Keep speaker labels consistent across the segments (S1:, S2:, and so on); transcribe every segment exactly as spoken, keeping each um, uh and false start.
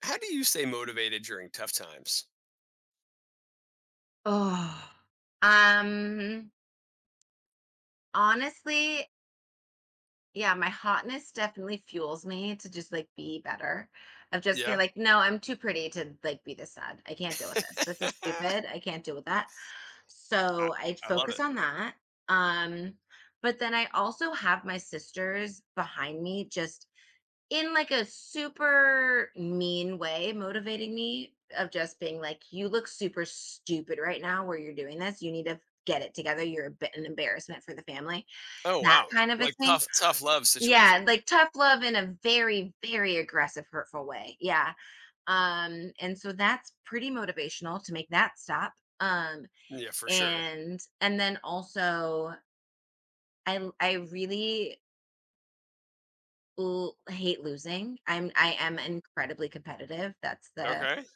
S1: How do you stay motivated during tough times?
S2: Oh. Um, Honestly, yeah, my hotness definitely fuels me to just like be better. Of just going
S1: Yeah.
S2: like, no, I'm too pretty to like be this sad. I can't deal with this. This is
S1: I,
S2: stupid. I can't deal with that. So I
S1: I love
S2: focus
S1: it.
S2: on that. Um, but then I also have my sisters behind me, just in like a super mean way, motivating me, of just being like, you look super stupid right now where you're doing this, you need to get it together, you're a bit an embarrassment for the family,
S1: Oh,
S2: that
S1: wow.
S2: kind of a
S1: Like
S2: thing.
S1: tough, tough love situation.
S2: Yeah, like tough love in a very very aggressive hurtful way. Yeah. Um and so that's pretty motivational to make that stop. um
S1: Yeah, for sure.
S2: and and then also, i l- i really l- hate losing. I'm i am incredibly competitive. That's the
S1: Okay.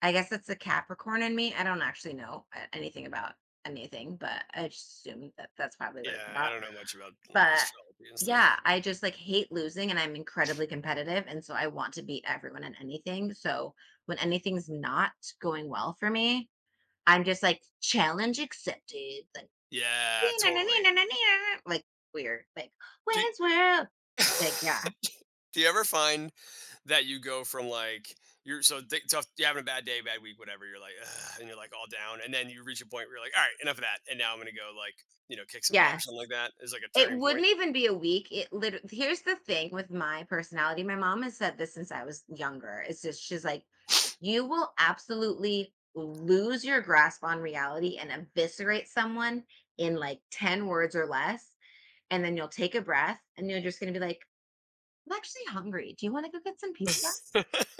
S2: I guess that's the Capricorn in me. I don't actually know a- anything about anything, but I just assume that that's probably what it's
S1: Yeah, I
S2: about.
S1: don't know much about
S2: But
S1: astrology and
S2: yeah,
S1: stuff.
S2: I just like hate losing and I'm incredibly competitive. And so I want to beat everyone in anything. So when anything's not going well for me, I'm just like, challenge accepted, like,
S1: Yeah, totally.
S2: like weird, like
S1: Do you,
S2: Wayne's World. Like, yeah,
S1: do you ever find that you go from like you're so th- tough, you're having a bad day, bad week, whatever. You're like, ugh, and you're like all down, and then you reach a point where you're like, all right, enough of that, and now I'm gonna go like you know kick some butt or
S2: yes.
S1: something like that. Is like a
S2: It
S1: turning
S2: wouldn't even be a week. It literally — here's the thing with my personality. My mom has said this since I was younger. It's just, she's like, you will absolutely lose your grasp on reality and eviscerate someone in like ten words or less. And then you'll take a breath and you're just gonna be like, I'm actually hungry. Do you want to go get some pizza?
S1: point.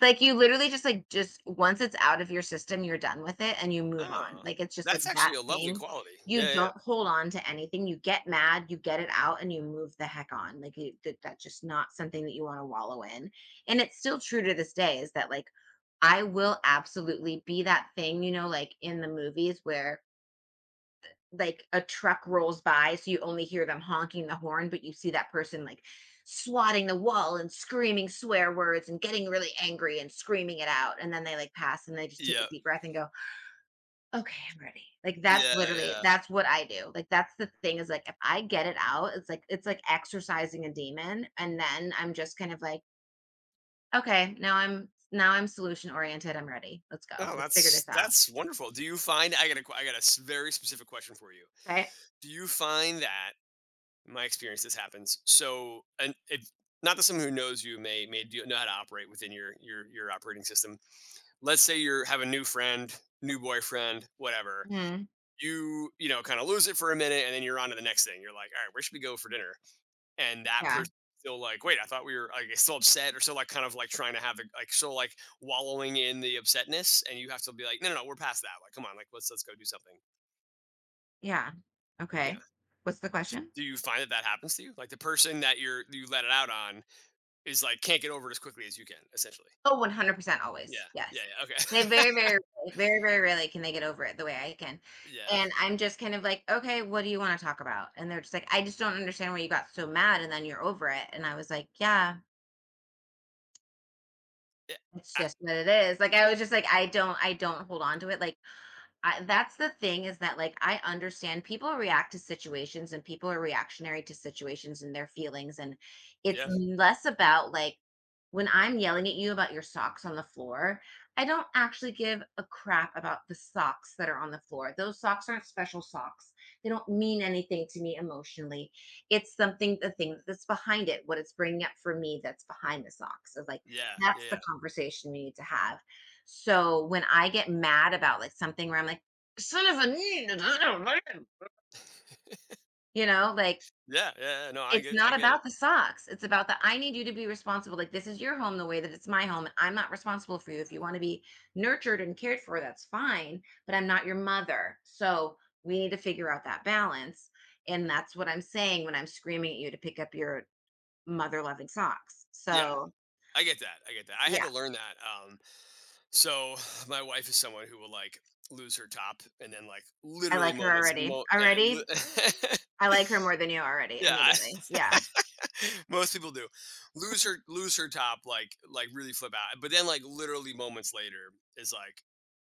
S2: Like, you literally just, like, just once it's out of your system, you're done with it and you move on.
S1: Oh,
S2: Like, it's just, like,
S1: that's
S2: that
S1: actually a lovely
S2: thing.
S1: quality.
S2: You
S1: Yeah, yeah.
S2: don't hold on to anything. You get mad, you get it out, and you move the heck on. Like, you that that's just not something that you wanna wallow in. And it's still true to this day, is that, like, I will absolutely be that thing, you know, like in the movies, where like a truck rolls by, so you only hear them honking the horn, but you see that person like swatting the wall and screaming swear words and getting really angry and screaming it out, and then they like pass and they just take a
S1: Yeah.
S2: deep breath and go, okay, I'm ready. Like that's
S1: Yeah,
S2: literally
S1: yeah.
S2: that's what I do. Like that's the thing, is like if I get it out, it's like, it's like exercising a demon, and then I'm just kind of like, okay, now i'm now i'm solution oriented, I'm ready, let's go,
S1: Oh,
S2: let's figure
S1: that's
S2: this out.
S1: that's wonderful. Do you find I got a que- I got a s- very specific question for you.
S2: Right.
S1: Do you find that my experience this happens? So, and if not that someone who knows you may may do, know how to operate within your your your operating system. Let's say you are have a new friend, new boyfriend, whatever.
S2: Hmm.
S1: You you know kind of lose it for a minute, and then you're on to the next thing. You're like, all right, where should we go for dinner? And that
S2: Yeah.
S1: person still like wait I thought we were like still upset or still like kind of like trying to have the like still like wallowing in the upsetness, and you have to be like no no no we're past that, like come on, like let's let's go do something.
S2: Yeah,
S1: Yeah,
S2: okay. What's the
S1: do,
S2: question?
S1: do you find that that happens to you, like the person that you're you let it out on is like can't get over it as quickly as you can, essentially?
S2: Oh, one hundred percent
S1: Yeah.
S2: always,
S1: Yeah,
S2: yes.
S1: yeah,
S2: They
S1: okay.
S2: very, very, very, very rarely can they get over it the way I can,
S1: Yeah,
S2: and I'm just kind of like, "Okay, what do you wanna talk about?" And they're just like, "I just don't understand why you got so mad and then you're over it." And I was like, "Yeah,
S1: yeah.
S2: it's
S1: I,
S2: just what it is." Like, I was just like, I don't I don't hold on to it. Like, I, that's the thing, is that like I understand people react to situations, and people are reactionary to situations and their feelings, and it's
S1: yeah,
S2: less about like, when I'm yelling at you about your socks on the floor, I don't actually give a crap about the socks that are on the floor. Those socks aren't special socks. They don't mean anything to me emotionally. It's something — the thing that's behind it, what it's bringing up for me that's behind the socks. Is like,
S1: yeah, yeah,
S2: that's the
S1: yeah,
S2: conversation we need to have. So when I get mad about like something where I'm like, son of a, you know, like,
S1: yeah, yeah, yeah, no, i
S2: it's
S1: get
S2: not
S1: I get it.
S2: about the socks. It's about the, I need you to be responsible. Like, this is your home the way that it's my home. And I'm not responsible for you. If you want to be nurtured and cared for, that's fine. But I'm not your mother. So we need to figure out that balance. And that's what I'm saying when I'm screaming at you to pick up your mother loving socks.
S1: Yeah,
S2: So
S1: i get that i get that I had to
S2: yeah,
S1: learn that. um So my wife is someone who will like lose her top and then like
S2: I
S1: literally
S2: like her
S1: moments
S2: already.
S1: mo- yeah,
S2: Already,
S1: li-
S2: I like her more than you already,
S1: yeah
S2: immediately. Yeah.
S1: I- most people do lose her lose her top like like really flip out, but then like literally moments later is like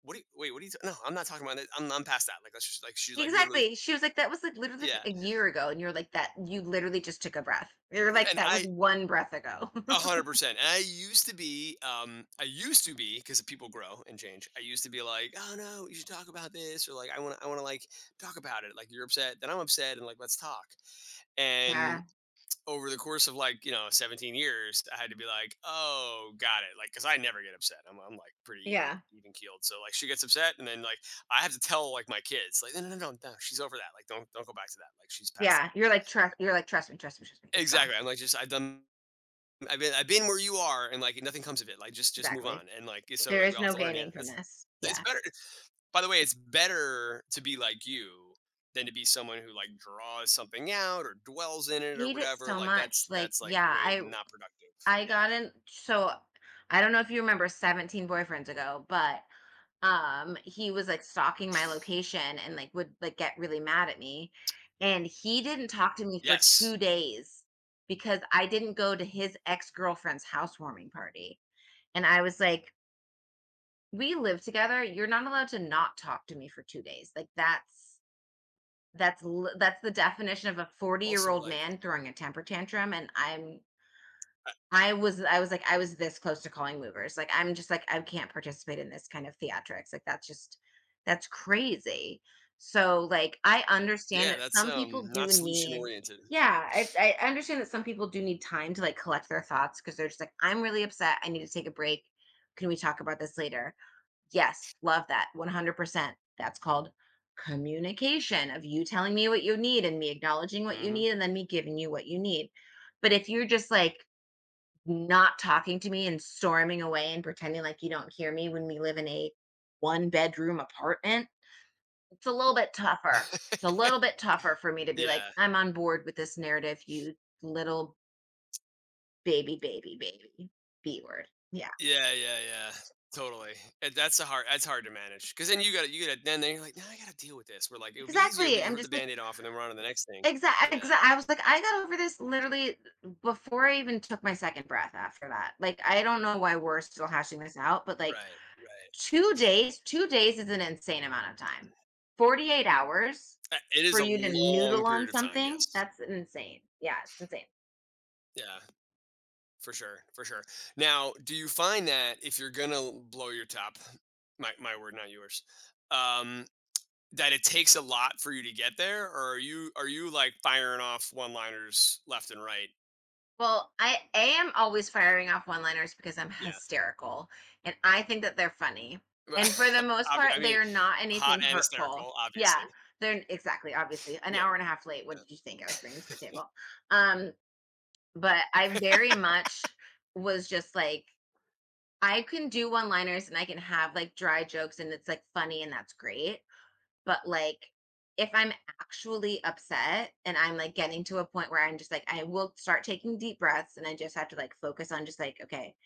S1: what do you wait what are you, no I'm not talking about it, I'm, I'm past that, like let's just like, she's like literally,
S2: Exactly. She was like, "That was, like, literally, like,
S1: yeah.
S2: a year ago," and you're like, "That you literally just took a breath." You're like,
S1: And
S2: "That was
S1: I
S2: one breath ago."
S1: one hundred percent. And I used to be, um, I used to be, because people grow and change. I used to be like, oh no, you should talk about this, or like, I want I want to like talk about it. Like you're upset, then I'm upset, and like let's talk. And
S2: Yeah.
S1: over the course of like you know seventeen years, I had to be like, oh, got it. Like, because I never get upset. I'm, I'm like pretty even,
S2: Yeah.
S1: even keeled. So like she gets upset, and then like I have to tell like my kids, like no, no, no, no, no, she's over that. Like don't, don't go back to that. Like she's past
S2: Yeah. You're like, "Trust" — you're like, "Trust me, trust me, trust me.
S1: it.
S2: It's gone."
S1: Exactly. I'm like just I've done I've been I've been where you are, and like nothing comes of it. Like just just move
S2: Exactly.
S1: on, and like so
S2: There
S1: like we
S2: is
S1: all have
S2: no
S1: to learn. Yeah,
S2: gaining from
S1: that's
S2: this.
S1: it's
S2: Yeah. I
S1: better. By the way, it's better to be like you than to be someone who like draws something out or dwells in it or
S2: hate it
S1: whatever.
S2: so
S1: Like
S2: much.
S1: that's
S2: Like,
S1: that's like
S2: yeah,
S1: way
S2: I
S1: not productive.
S2: I
S1: Yeah.
S2: got in so — I don't know if you remember seventeen boyfriends ago, but um he was like stalking my location and like would like get really mad at me, and he didn't talk to me for
S1: Yes.
S2: two days because I didn't go to his ex-girlfriend's housewarming party. And I was like, "We live together. You're not allowed to not talk to me for two days." Like that's that's li- that's the definition of a
S1: Also,
S2: forty-year-old
S1: like
S2: man throwing a temper tantrum. And I'm —
S1: uh,
S2: I was I was like, I was this close to calling movers. Like, I'm just like, I can't participate in this kind of theatrics. Like, that's just that's crazy. So, like, I understand
S1: yeah,
S2: that
S1: that's
S2: some
S1: um
S2: people
S1: not
S2: do
S1: solution
S2: need —
S1: oriented.
S2: yeah, I, I understand that some people do need time to like collect their thoughts because they're just like, I'm really upset. I need to take a break. Can we talk about this later? Yes, love that. one hundred percent. That's called communication, of you telling me what you need, and me acknowledging what you
S1: Hmm.
S2: need, and then me giving you what you need. But if you're just like not talking to me and storming away and pretending like you don't hear me when we live in a one bedroom apartment, it's a little bit tougher. It's a little bit tougher for me to be like,
S1: Yeah.
S2: I'm on board with this narrative, you little baby, baby, baby, B word. Yeah,
S1: Yeah, yeah, yeah. Totally. And that's a hard that's hard to manage. Cause then you gotta you gotta then then you're like, now I gotta deal with this. We're like, it would be easier if we
S2: exactly.
S1: just
S2: I'm
S1: rip the
S2: just like,
S1: band-aid off and then we're on to the next thing. Yeah.
S2: exactly. Exa- exa- I was like, I got over this literally before I even took my second breath after that. Like, I don't know why we're still hashing this out, but like,
S1: Right. Right.
S2: two days two days is an insane amount of time. forty-eight hours
S1: Uh, it
S2: for
S1: is a
S2: you to
S1: long
S2: noodle on
S1: period of time,
S2: something —
S1: yes.
S2: that's insane. Yeah, it's insane.
S1: Yeah, for sure. For sure. Now, do you find that if you're gonna blow your top, my my word, not yours, um, that it takes a lot.
S2: Well, I am always firing off one liners because I'm hysterical, and I think that they're funny, and for the most
S1: Obvi, I
S2: part they
S1: mean,
S2: are not
S1: hot
S2: anything
S1: and
S2: hurtful.
S1: hysterical,
S2: Yeah,
S1: obviously.
S2: they're exactly — obviously an
S1: Yeah.
S2: hour and a half late, what did you think I was
S1: Yep.
S2: bringing to the table? um but I very much was just like, I can do one-liners and I can have like dry jokes and it's like funny and that's great. But like, if I'm actually upset and I'm like getting to a point where I'm just like, I will start taking deep breaths, and I just have to like focus on just like, okay,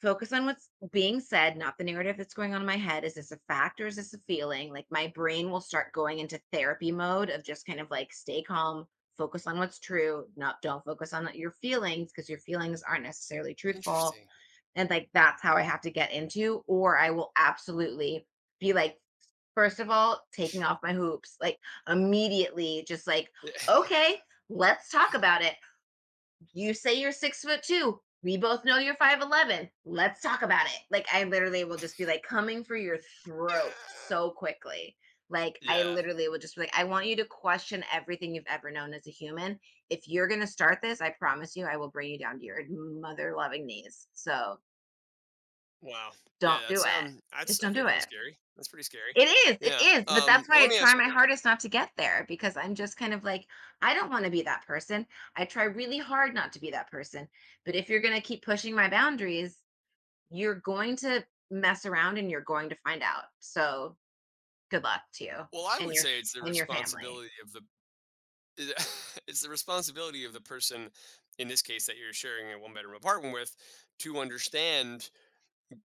S2: focus on what's being said, not the narrative that's going on in my head. Is this a fact or is this a feeling? Like my brain will start going into therapy mode, of just kind of like, stay calm, focus on what's true, not — don't focus on your feelings because your feelings aren't necessarily truthful.
S1: Interesting.
S2: And like that's how I have to get into, or I will absolutely be like, first of all, taking off my hoops, like immediately, just like,
S1: Yeah.
S2: okay, let's talk about it. You say you're six foot two. We both know you're five'eleven. Let's talk about it. Like, I literally will just be like coming for your throat so quickly. Like, I
S1: Yeah.
S2: literally will just be like, I want you to question everything you've ever known as a human. If you're going to start this, I promise you, I will bring you down to your mother loving knees. So,
S1: Wow. Yeah,
S2: don't do
S1: that's,
S2: it.
S1: um
S2: Just
S1: that's,
S2: don't
S1: okay,
S2: do
S1: pretty
S2: it.
S1: scary. That's pretty scary.
S2: It is, it
S1: Yeah,
S2: is, but
S1: um,
S2: that's
S1: well,
S2: why I
S1: let me
S2: try
S1: ask
S2: my hardest not to get there, because I'm just kind of like, I don't want to be that person. I try really hard not to be that person. But if you're going to keep pushing my boundaries, you're going to mess around and you're going to find out. So, good luck to you,
S1: well, I
S2: and
S1: would
S2: your
S1: say it's the
S2: and your family.
S1: responsibility of the it's the responsibility of the person, in this case, that you're sharing a one-bedroom apartment with, to understand,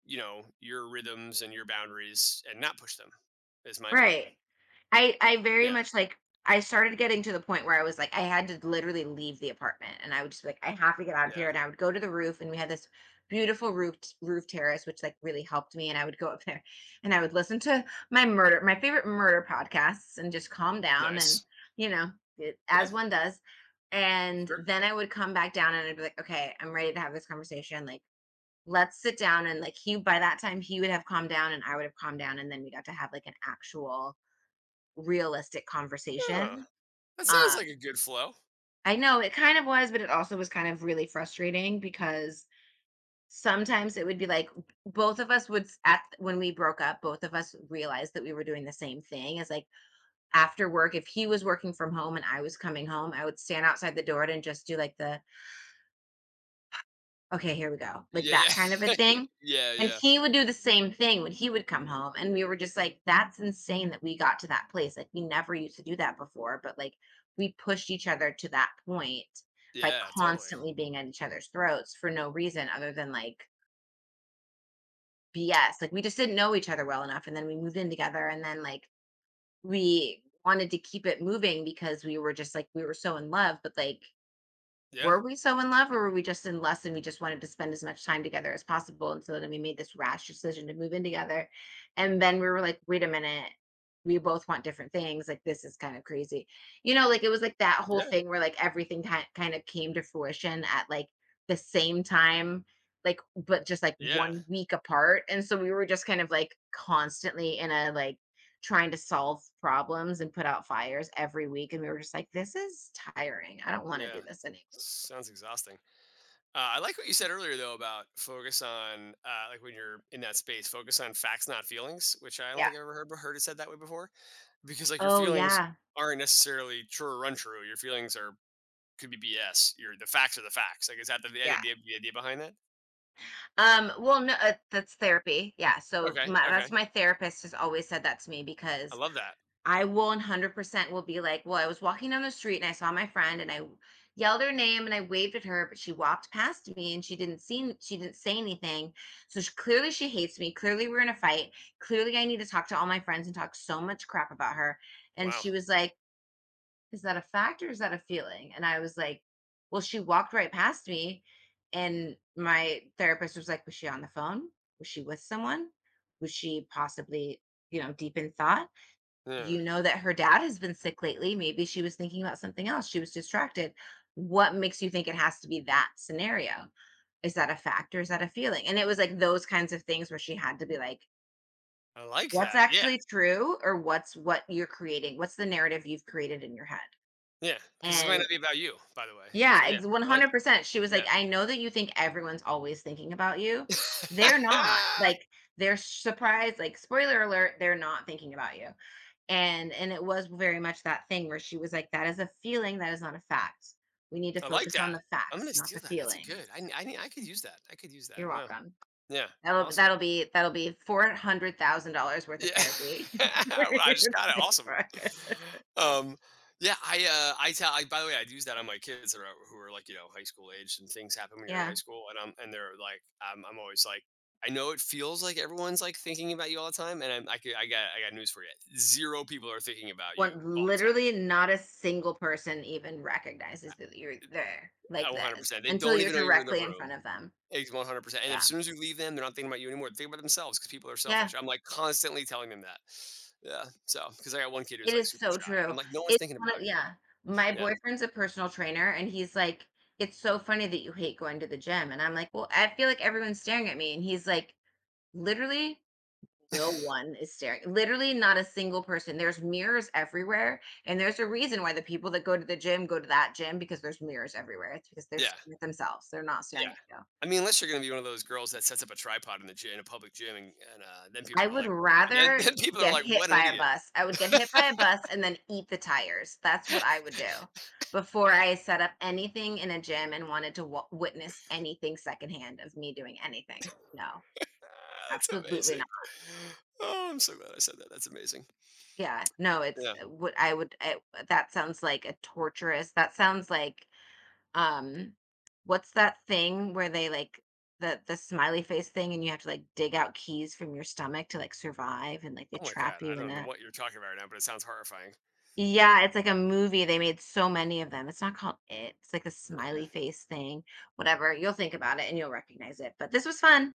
S1: you know, your rhythms and your boundaries, and not push them, is my opinion.
S2: Right. I I very
S1: Yeah,
S2: much like I started getting to the point where I was like I had to literally leave the apartment, and I would just be like, I have to get out of here.
S1: yeah.
S2: And I would go to the roof, and we had this beautiful roof roof terrace which like really helped me, and I would go up there and I would listen to my murder my favorite murder podcasts and just calm down and
S1: Nice.
S2: you know it,
S1: Yeah,
S2: as one does. And
S1: sure.
S2: then I would come back down and I'd be like, okay, I'm ready to have this conversation. Like, let's sit down. And like, he, by that time he would have calmed down and I would have calmed down, and then we got to have like an actual realistic
S1: Huh,
S2: conversation.
S1: that sounds
S2: Um,
S1: like a good flow.
S2: I know it kind of was, but it also was kind of really frustrating because sometimes it would be like, b- both of us would s- at when we broke up, both of us realized that we were doing the same thing as like, after work, if he was working from home and I was coming home, I would stand outside the door and just do like the, okay, here we go, like
S1: Yeah,
S2: that
S1: yeah,
S2: kind of a thing.
S1: yeah,
S2: And
S1: yeah,
S2: he would do the same thing when he would come home, and we were just like, "That's insane that we got to that place, like, we never used to do that before." But like, we pushed each other to that point by
S1: yeah, totally.
S2: constantly being at each other's throats for no reason other than, like, B S. Like, we just didn't know each other well enough, and then we moved in together, and then like, we wanted to keep it moving because we were just like, we were so in love. But like,
S1: Yeah,
S2: were we so in love, or were we just in lust and we just wanted to spend as much time together as possible? And so then we made this rash decision to move in together. And then we were like, wait a minute, we both want different things. Like, this is kind of crazy. You know, like it was like that whole
S1: yeah,
S2: thing where like everything kind kind of came to fruition at like the same time, like, but just like
S1: yeah,
S2: one week apart. And so we were just kind of like constantly in a like, trying to solve problems and put out fires every week, and we were just like, this is tiring, I don't want to do
S1: yeah.
S2: this anymore.
S1: Sounds exhausting. Uh, I like what you said earlier though about focus on uh, like when you're in that space, focus on facts, not feelings, which I don't
S2: Yeah.
S1: think I've ever heard heard it said that way before. Because like your
S2: Oh,
S1: feelings
S2: yeah.
S1: aren't necessarily true or untrue. Your feelings are could be B S. Your The facts are the facts. Like is that the, the
S2: Yeah.
S1: idea the idea behind that?
S2: Um, well, no, uh, that's therapy. Yeah. So
S1: Okay,
S2: my, that's
S1: okay,
S2: my therapist has always said that to me
S1: I
S2: because
S1: love that.
S2: I will one hundred percent will be like, well, I was walking down the street and I saw my friend and I yelled her name and I waved at her, but she walked past me and she didn't see, she didn't say anything. So she, clearly she hates me. Clearly we're in a fight. Clearly I need to talk to all my friends and talk so much crap about her. And
S1: Wow.
S2: she was like, is that a fact or is that a feeling? And I was like, well, she walked right past me. And my therapist was like, was she on the phone? Was she with someone? Was she possibly, you know, deep in thought?
S1: Yeah,
S2: You know that her dad has been sick lately. Maybe she was thinking about something else. She was distracted. What makes you think it has to be that scenario? Is that a fact or is that a feeling? And it was like those kinds of things where she had to be like,
S1: I like
S2: what's
S1: that. Yeah.
S2: actually true, or what's what you're creating? What's the narrative you've created in your head?
S1: Yeah, because this might not
S2: And
S1: be about you, by the way.
S2: yeah,
S1: So, yeah,
S2: ex
S1: I like that.
S2: one hundred percent. She was like,
S1: Yeah.
S2: "I know that you think everyone's always thinking about you. They're not, like, they're surprised, like, spoiler alert, they're not thinking about you." And and it was very much that thing where she was like, "That is a feeling, that is not a fact. We need to
S1: I like
S2: focus on
S1: that.
S2: the
S1: I'm
S2: facts,
S1: gonna
S2: not the
S1: steal that. That's a good
S2: feelings."
S1: I n I nee I could use that. I could use
S2: You're
S1: that. Wow.
S2: welcome.
S1: Yeah.
S2: That'll
S1: Awesome.
S2: that'll be that'll be four hundred thousand dollars worth of
S1: Yeah.
S2: therapy for
S1: Well, I just
S2: you.
S1: got it. Awesome. Um, yeah, I, uh, I tell I by the way, I use that on my kids that are who are, like, you know, high school aged, and things happen when you're in high
S2: Yeah.
S1: school, and I'm and they're like, I'm I'm always like, "I know it feels like everyone's, like, thinking about you all the time," and I'm I could I got I got news for you. zero people are thinking about
S2: One,
S1: you all the time.
S2: literally not a single person even recognizes that you're there like
S1: Oh,
S2: that
S1: one hundred percent. They
S2: until
S1: don't
S2: you're
S1: even know you're in the
S2: directly in front
S1: room.
S2: of them.
S1: It's one hundred percent. And then as
S2: Yeah.
S1: soon as you leave them, they're not thinking about you anymore. They think about themselves because people are
S2: Yeah.
S1: selfish. I'm like constantly telling them that. Yeah. So, because I got one kid who's
S2: It
S1: like
S2: is
S1: super
S2: so
S1: shy. And I'm
S2: true.
S1: like, no one's
S2: It's
S1: thinking
S2: one
S1: about
S2: of,
S1: you.
S2: yeah. My
S1: Yeah.
S2: boyfriend's a personal trainer and he's like, it's so funny that you hate going to the gym. And I'm like, well, I feel like everyone's staring at me. And he's like, literally, no one is staring. Literally not a single person. There's mirrors everywhere, and there's a reason why the people that go to the gym go to that gym because there's mirrors everywhere. It's because they're
S1: Yeah.
S2: staring at themselves. They're not staring
S1: Yeah.
S2: at you.
S1: I mean, unless you're going to be one of those girls that sets up a tripod in the gym, in a public gym, and, and uh, then
S2: I
S1: people are
S2: would
S1: like, but then,
S2: rather
S1: then people are
S2: get
S1: like,
S2: hit
S1: what an
S2: by a
S1: idiot.
S2: bus. I would get hit by a bus and then eat the tires. That's what I would do before I set up anything in a gym and wanted to w- witness anything secondhand of me doing anything. No,
S1: Ah, that's
S2: absolutely
S1: amazing.
S2: not.
S1: Oh, I'm so glad I said that. That's amazing.
S2: Yeah, no, it's
S1: Yeah.
S2: uh, what I would. I, that sounds like a torturous. That sounds like um what's that thing where they like the the smiley face thing and you have to like dig out keys from your stomach to like survive and like they
S1: Oh my
S2: trap
S1: God. I
S2: you in
S1: don't know
S2: a,
S1: what you're talking about right now, but it sounds horrifying.
S2: yeah, it's like a movie, they made so many of them, it's not called it, it's like a smiley face thing, whatever. You'll think about it and you'll recognize it. But this was fun.